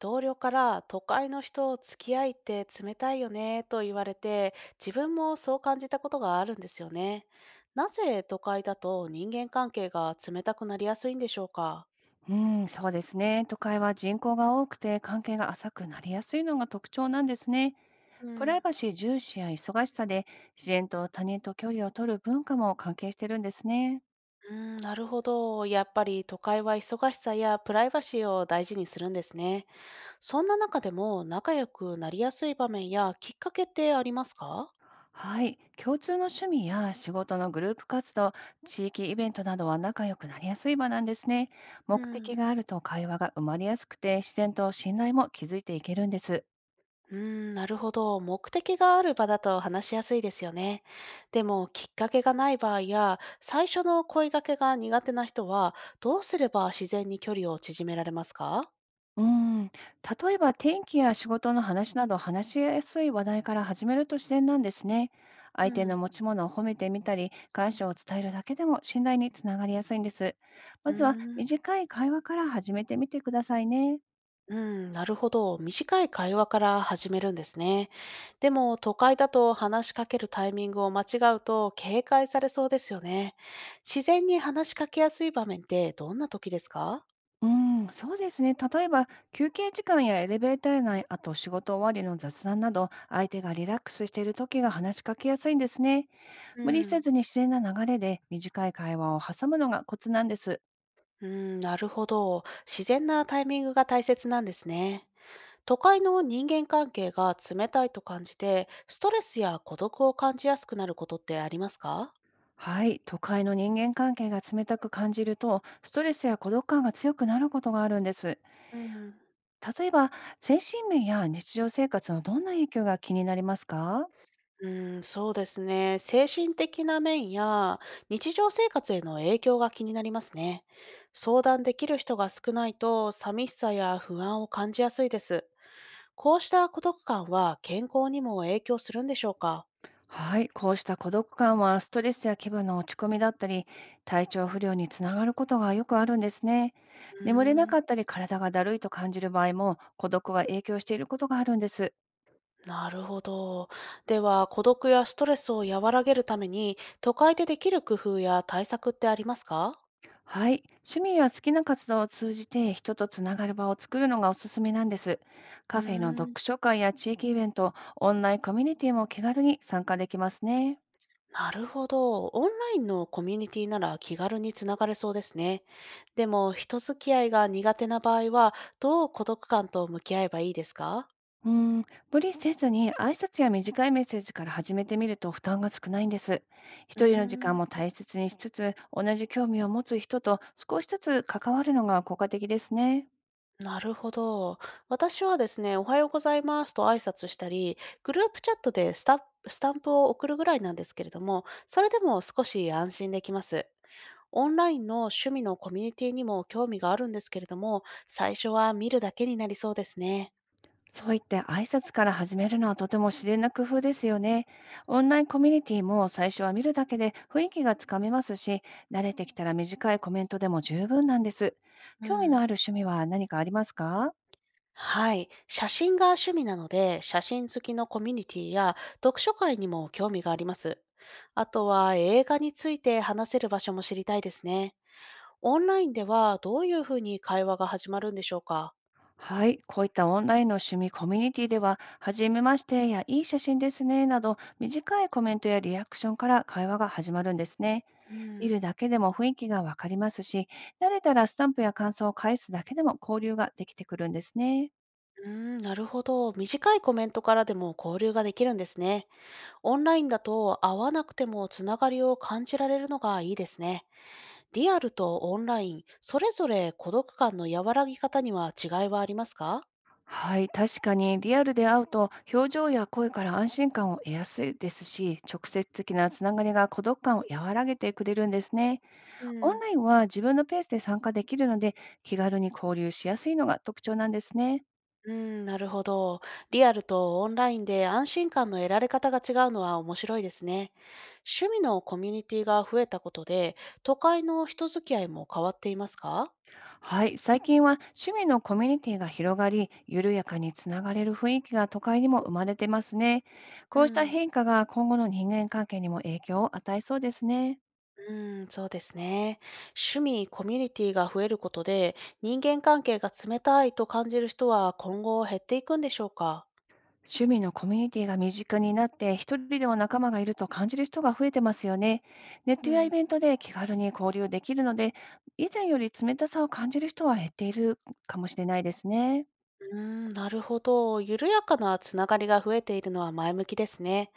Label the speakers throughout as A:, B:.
A: 同僚から都会の人付き合いって冷たいよねと言われて、自分もそう感じたことがあるんですよね。なぜ都会だと人間関係が冷たくなりやすいんでしょうか？
B: うん、そうですね。都会は人口が多くて関係が浅くなりやすいのが特徴なんですね。
A: う
B: プライ
A: ん。
B: バシー重視や忙しさで自然と他人と距離を取る文化も関係してるんですね。
A: なるほど。やっぱり都会は忙しさやプライバシーを大事にするんですね。そんな中でも仲良くなりやすい場面やきっかけってありますか？
B: はい。共通の趣味や仕事のグループ活動、地域イベントなどは仲良くなりやすい場なんですね。
A: う
B: 目的
A: ん。
B: があると会話が生まれやすくて自然と信頼も築いていけるんです。
A: うーなるほど。目的がある場だと話しやすいですよね。でも、きっかけがない場合や、最初の声掛けが苦手な人は、どうすれば自然に距離を縮められますか？
B: うーん、例えば天気や仕事の話など話しやすい話題から始めると自然なんですね。
A: う
B: 相手の
A: ん。
B: 持ち物を褒めてみたり、感謝を伝えるだけでも信頼につながりやすいんです。ま
A: うー
B: ずは
A: ん、
B: 短い会話から始めてみてくださいね。
A: うなるほど。短い会話から始めるんですね。でも、都会だと話しかけるタイミングを間違うと警戒されそうですよね。自然に話しかけやすい場面ってどんな時ですか？
B: うーん、そうですね。例えば休憩時間やエレベーター内、あと仕事終わりの雑談など、相手がリラックスしている時が話しかけやすいんですね。
A: う
B: 無理せ
A: ん。
B: ずに自然な流れで短い会話を挟むのがコツなんです。
A: うーなるほど。自然なタイミングが大切なんですね。都会の人間関係が冷たいと感じて、ストレスや孤独を感じやすくなることってありますか？
B: はい、都会の人間関係が冷たく感じると、ストレスや孤独感が強くなることがあるんです。
A: うん、
B: 例えば、精神面や日常生活のどんな影響が気になりますか？
A: そうですね。精神的な面や日常生活への影響が気になりますね。相談できる人が少ないと寂しさや不安を感じやすいです。こうした孤独感は健康にも影響するんでしょうか？
B: はい、こうした孤独感はストレスや気分の落ち込みだったり、体調不良につながることがよくあるんですね。
A: う
B: 眠れな
A: ー
B: か
A: ん
B: ったり、体がだるいと感じる場合も、孤独が影響していることがあるんです。
A: なるほど。では、孤独やストレスを和らげるために、都会でできる工夫や対策ってありますか？
B: はい。趣味や好きな活動を通じて人とつながる場を作るのがおすすめなんです。
A: うー
B: カフェの読
A: ん
B: 書会や地域イベント、オンラインコミュニティも気軽に参加できますね。
A: なるほど。オンラインのコミュニティなら気軽につながれそうですね。でも、人付き合いが苦手な場合は、どう孤独感と向き合えばいいですか？
B: うん、無理せずに挨拶や短いメッセージから始めてみると負担が少ないんです。
A: うー
B: 一人の時間
A: ん
B: も大切にしつつ、同じ興味を持つ人と少しずつ関わるのが効果的ですね。
A: なるほど。私はですね、おはようございますと挨拶したり、グループチャットでスタンプを送るぐらいなんですけれども、それでも少し安心できます。オンラインの趣味のコミュニティにも興味があるんですけれども、最初は見るだけになりそうですね。
B: そう言って挨拶から始めるのはとても自然な工夫ですよね。オンラインコミュニティも最初は見るだけで雰囲気がつかめますし、慣れてきたら短いコメントでも十分なんです。
A: う
B: 興味の
A: ん。
B: ある趣味は何かありますか？
A: はい。写真が趣味なので、写真好きのコミュニティや読書会にも興味があります。あとは映画について話せる場所も知りたいですね。オンラインではどういうふうに会話が始まるんでしょうか？
B: はい、こういったオンラインの趣味コミュニティでは、はじめましてやいい写真ですねなど、短いコメントやリアクションから会話が始まるんですね。
A: う
B: 見
A: ん。
B: るだけでも雰囲気がわかりますし、慣れたらスタンプや感想を返すだけでも交流ができてくるんですね。
A: うーなるほど。短いコメントからでも交流ができるんですね。オンラインだと会わなくてもつながりを感じられるのがいいですね。リアルとオンライン、それぞれ孤独感の和らぎ方には違いはありますか？
B: はい、確かにリアルで会うと表情や声から安心感を得やすいですし、直接的なつながりが孤独感を和らげてくれるんですね。
A: う
B: オン
A: ん。
B: ラインは自分のペースで参加できるので、気軽に交流しやすいのが特徴なんですね。
A: うん、なるほど。リアルとオンラインで安心感の得られ方が違うのは面白いですね。趣味のコミュニティが増えたことで、都会の人付き合いも変わっていますか？
B: はい、最近は趣味のコミュニティが広がり、緩やかにつながれる雰囲気が都会にも生まれてますね。
A: う
B: こうした
A: ん。
B: 変化が今後の人間関係にも影響を与えそうですね。
A: うん、そうですね。趣味、コミュニティが増えることで、人間関係が冷たいと感じる人は今後減っていくんでしょうか？
B: 趣味のコミュニティが身近になって、一人でも仲間がいると感じる人が増えてますよね。ネット
A: う
B: やイ
A: ん、
B: ベントで気軽に交流できるので、以前より冷たさを感じる人は減っているかもしれないですね。
A: うーなるほど。緩やかなつながりが増えているのは前向きですね。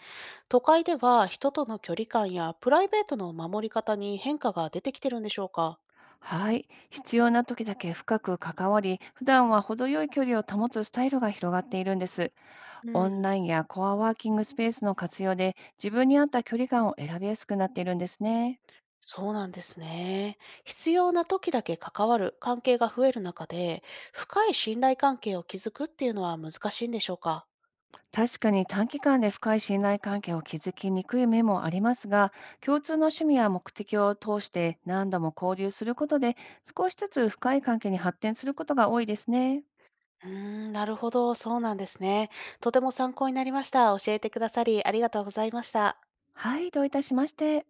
A: 都会では人との距離感やプライベートの守り方に変化が出てきてるんでしょうか？
B: はい。必要な時だけ深く関わり、普段は程よい距離を保つスタイルが広がっているんです。
A: う
B: オンラ
A: ん、
B: インやコアワーキングスペースの活用で、自分に合った距離感を選びやすくなっているんですね。
A: そうなんですね。必要な時だけ関わる関係が増える中で、深い信頼関係を築くっていうのは難しいんでしょうか？
B: 確かに短期間で深い信頼関係を築きにくい面もありますが、共通の趣味や目的を通して何度も交流することで、少しずつ深い関係に発展することが多いですね。
A: なるほど、そうなんですね。とても参考になりました。教えてくださりありがとうございました。
B: はい、どういたしまして。